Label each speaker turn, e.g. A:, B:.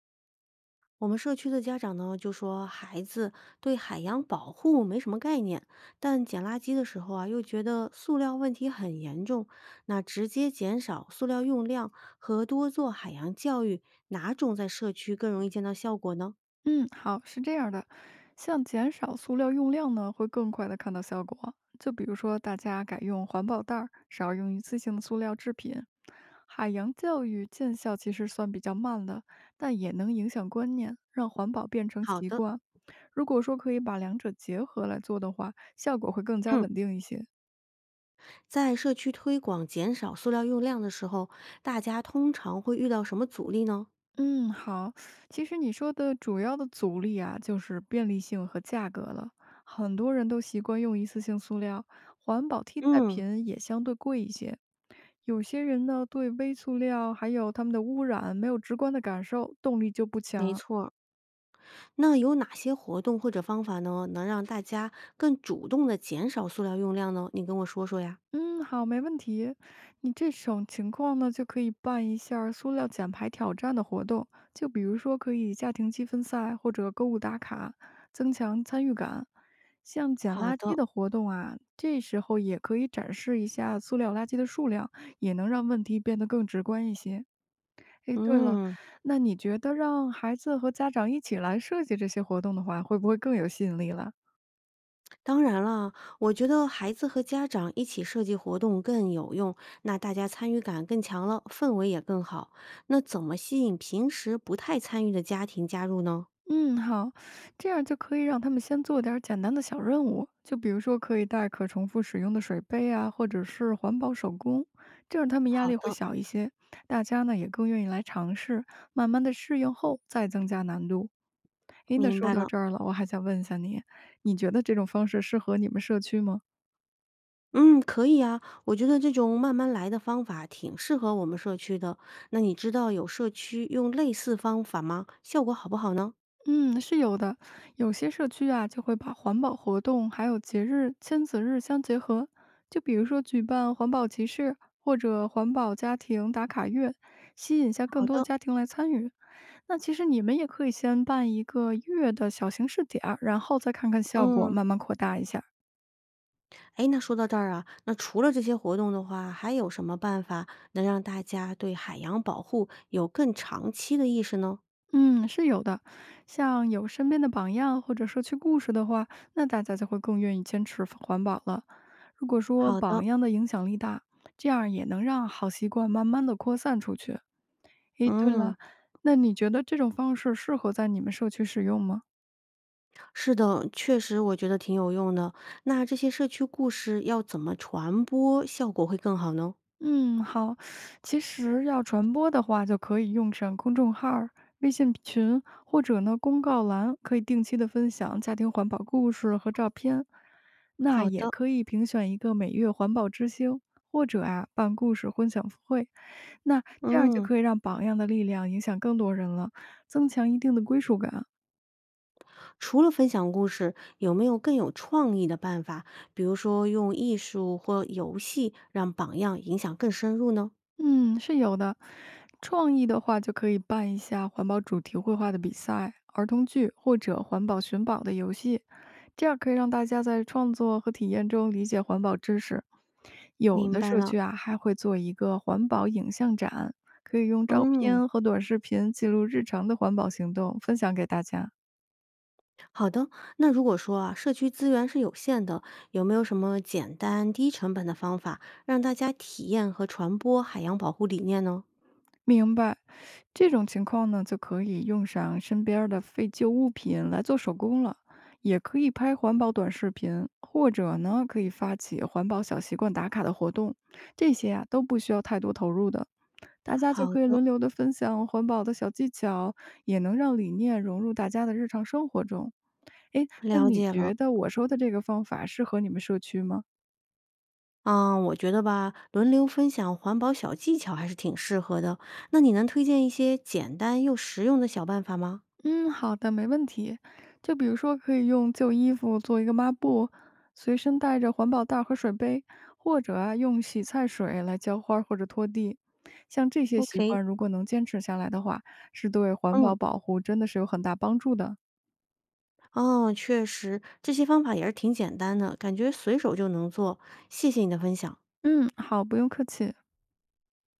A: 我们社区的家长呢，就说孩子对海洋保护没什么概念，但捡垃圾的时候啊，又觉得塑料问题很严重。那直接减少塑料用量和多做海洋教育，哪种在社区更容易见到效果呢？
B: 嗯，好，是这样的，像减少塑料用量呢，会更快的看到效果。就比如说，大家改用环保袋儿，少用一次性的塑料制品。海洋教育见效其实算比较慢的，但也能影响观念，让环保变成
A: 好
B: 习
A: 的，
B: 惯。如果说可以把两者结合来做的话，效果会更加
A: 嗯，
B: 稳定一些。
A: 在社区推广减少塑料用量的时候，大家通常会遇到什么阻力呢？
B: 嗯，好。其实你说的主要的阻力啊，就是便利性和价格了。很多人都习惯用一次性塑料，环保替代
A: 嗯，
B: 品也相对贵一些。有些人呢，对微塑料还有它们的污染没有直观的感受，动力就不
A: 没
B: 强。
A: 错儿。那有哪些活动或者方法呢，能让大家更主动的减少塑料用量呢？你跟我说说呀。
B: 嗯，好，没问题。你这种情况呢，就可以办一下儿塑料奖牌挑战的活动，就比如说可以家庭积分赛或者购物打卡，增强参与感。像捡
A: 好
B: 垃圾
A: 的，
B: 的活动啊，这时候也可以展示一下塑料垃圾的数量，也能让问题变得更直观一些。诶，对了，
A: 嗯，
B: 那你觉得让孩子和家长一起来设计这些活动的话，会不会更有吸引力了？
A: 当然了，我觉得孩子和家长一起设计活动更有用，那大家参与感更强了，氛围也更好。那怎么吸引平时不太参与的家庭加入呢？
B: 嗯，好，这样就可以让他们先做点儿简单的小任务，就比如说可以带可重复使用的水杯啊，或者是环保手工，这样他们压
A: 好
B: 力会
A: 的，
B: 小一些，大家呢也更愿意来尝试，慢慢的适应后再增加难度。诶，那
A: 明
B: 说
A: 白
B: 到
A: 了。
B: 这儿了，我还想问一下你，你觉得这种方式适合你们社区吗？
A: 嗯，可以啊，我觉得这种慢慢来的方法挺适合我们社区的。那你知道有社区用类似方法吗？效果好不好呢？
B: 嗯，是有的。有些社区啊，就会把环保活动还有节日、亲子日相结合，就比如说举办环保集市或者环保家庭打卡月，吸引一下
A: 好
B: 更多的
A: 的，
B: 家庭来参与。那其实你们也可以先办一个月的小型试点儿，然后再看看效果，
A: 嗯，
B: 慢慢扩大一下。
A: 哎，那说到这儿啊，那除了这些活动的话，还有什么办法能让大家对海洋保护有更长期的意识呢？
B: 嗯，是有的。像有身边的榜样或者社区故事的话，那大家就会更愿意坚持环保了。如果说
A: 好的，
B: 榜样的影响力大，这样也能让好习惯慢慢的扩散出去。诶，对了，
A: 嗯，
B: 那你觉得这种方式适合在你们社区使用吗？
A: 是的，确实我觉得挺有用的。那这些社区故事要怎么传播，效果会更好呢？
B: 嗯，好。其实要传播的话，就可以用上公众号儿微信群，或者呢公告栏，可以定期的分享家庭环保故事和照片。那
A: 好
B: 也
A: 的，
B: 可以评选一个每月环保之星，或者啊办故事分享会。那这样就
A: 嗯，
B: 可以让榜样的力量影响更多人了，增强一定的归属感。
A: 除了分享故事，有没有更有创意的办法？比如说用艺术或游戏让榜样影响更深入呢？
B: 嗯，是有的。创意的话，就可以办一下环保主题绘画的比赛、儿童剧或者环保寻宝的游戏，这样可以让大家在创作和体验中理解环保知识。有
A: 明
B: 的
A: 白
B: 社
A: 了，
B: 区啊，还会做一个环保影像展，可以用照
A: 嗯。
B: 片和短视频记录日常的环保行动，分享给大家。
A: 好的，那如果说啊，社区资源是有限的，有没有什么简单低成本的方法，让大家体验和传播海洋保护理念呢？
B: 明白，这种情况呢，就可以用上身边儿的废旧物品来做手工了，也可以拍环保短视频，或者呢，可以发起环保小习惯打卡的活动，这些啊都不需要太多投入的，大家就
A: 好
B: 可以
A: 的，
B: 轮流的分享环保的小技巧，也能让理念融入大家的日常生活中。诶，那
A: 了
B: 你
A: 解了。
B: 觉得我说的这个方法适合你们社区吗？
A: 啊，我觉得吧，轮流分享环保小技巧还是挺适合的。那你能推荐一些简单又实用的小办法吗
B: 嗯，好的，没问题。就比如说，可以用旧衣服做一个抹布，随身带着环保袋和水杯，或者啊，用洗菜水来浇花儿或者拖地。像这些习
A: ？OK，
B: 惯，如果能坚持下来的话，是对环
A: 嗯，
B: 保保护真的是有很大帮助的。
A: 哦，确实，这些方法也是挺简单的，感觉随手就能做。谢谢你的分享。
B: 嗯，好，不用客气。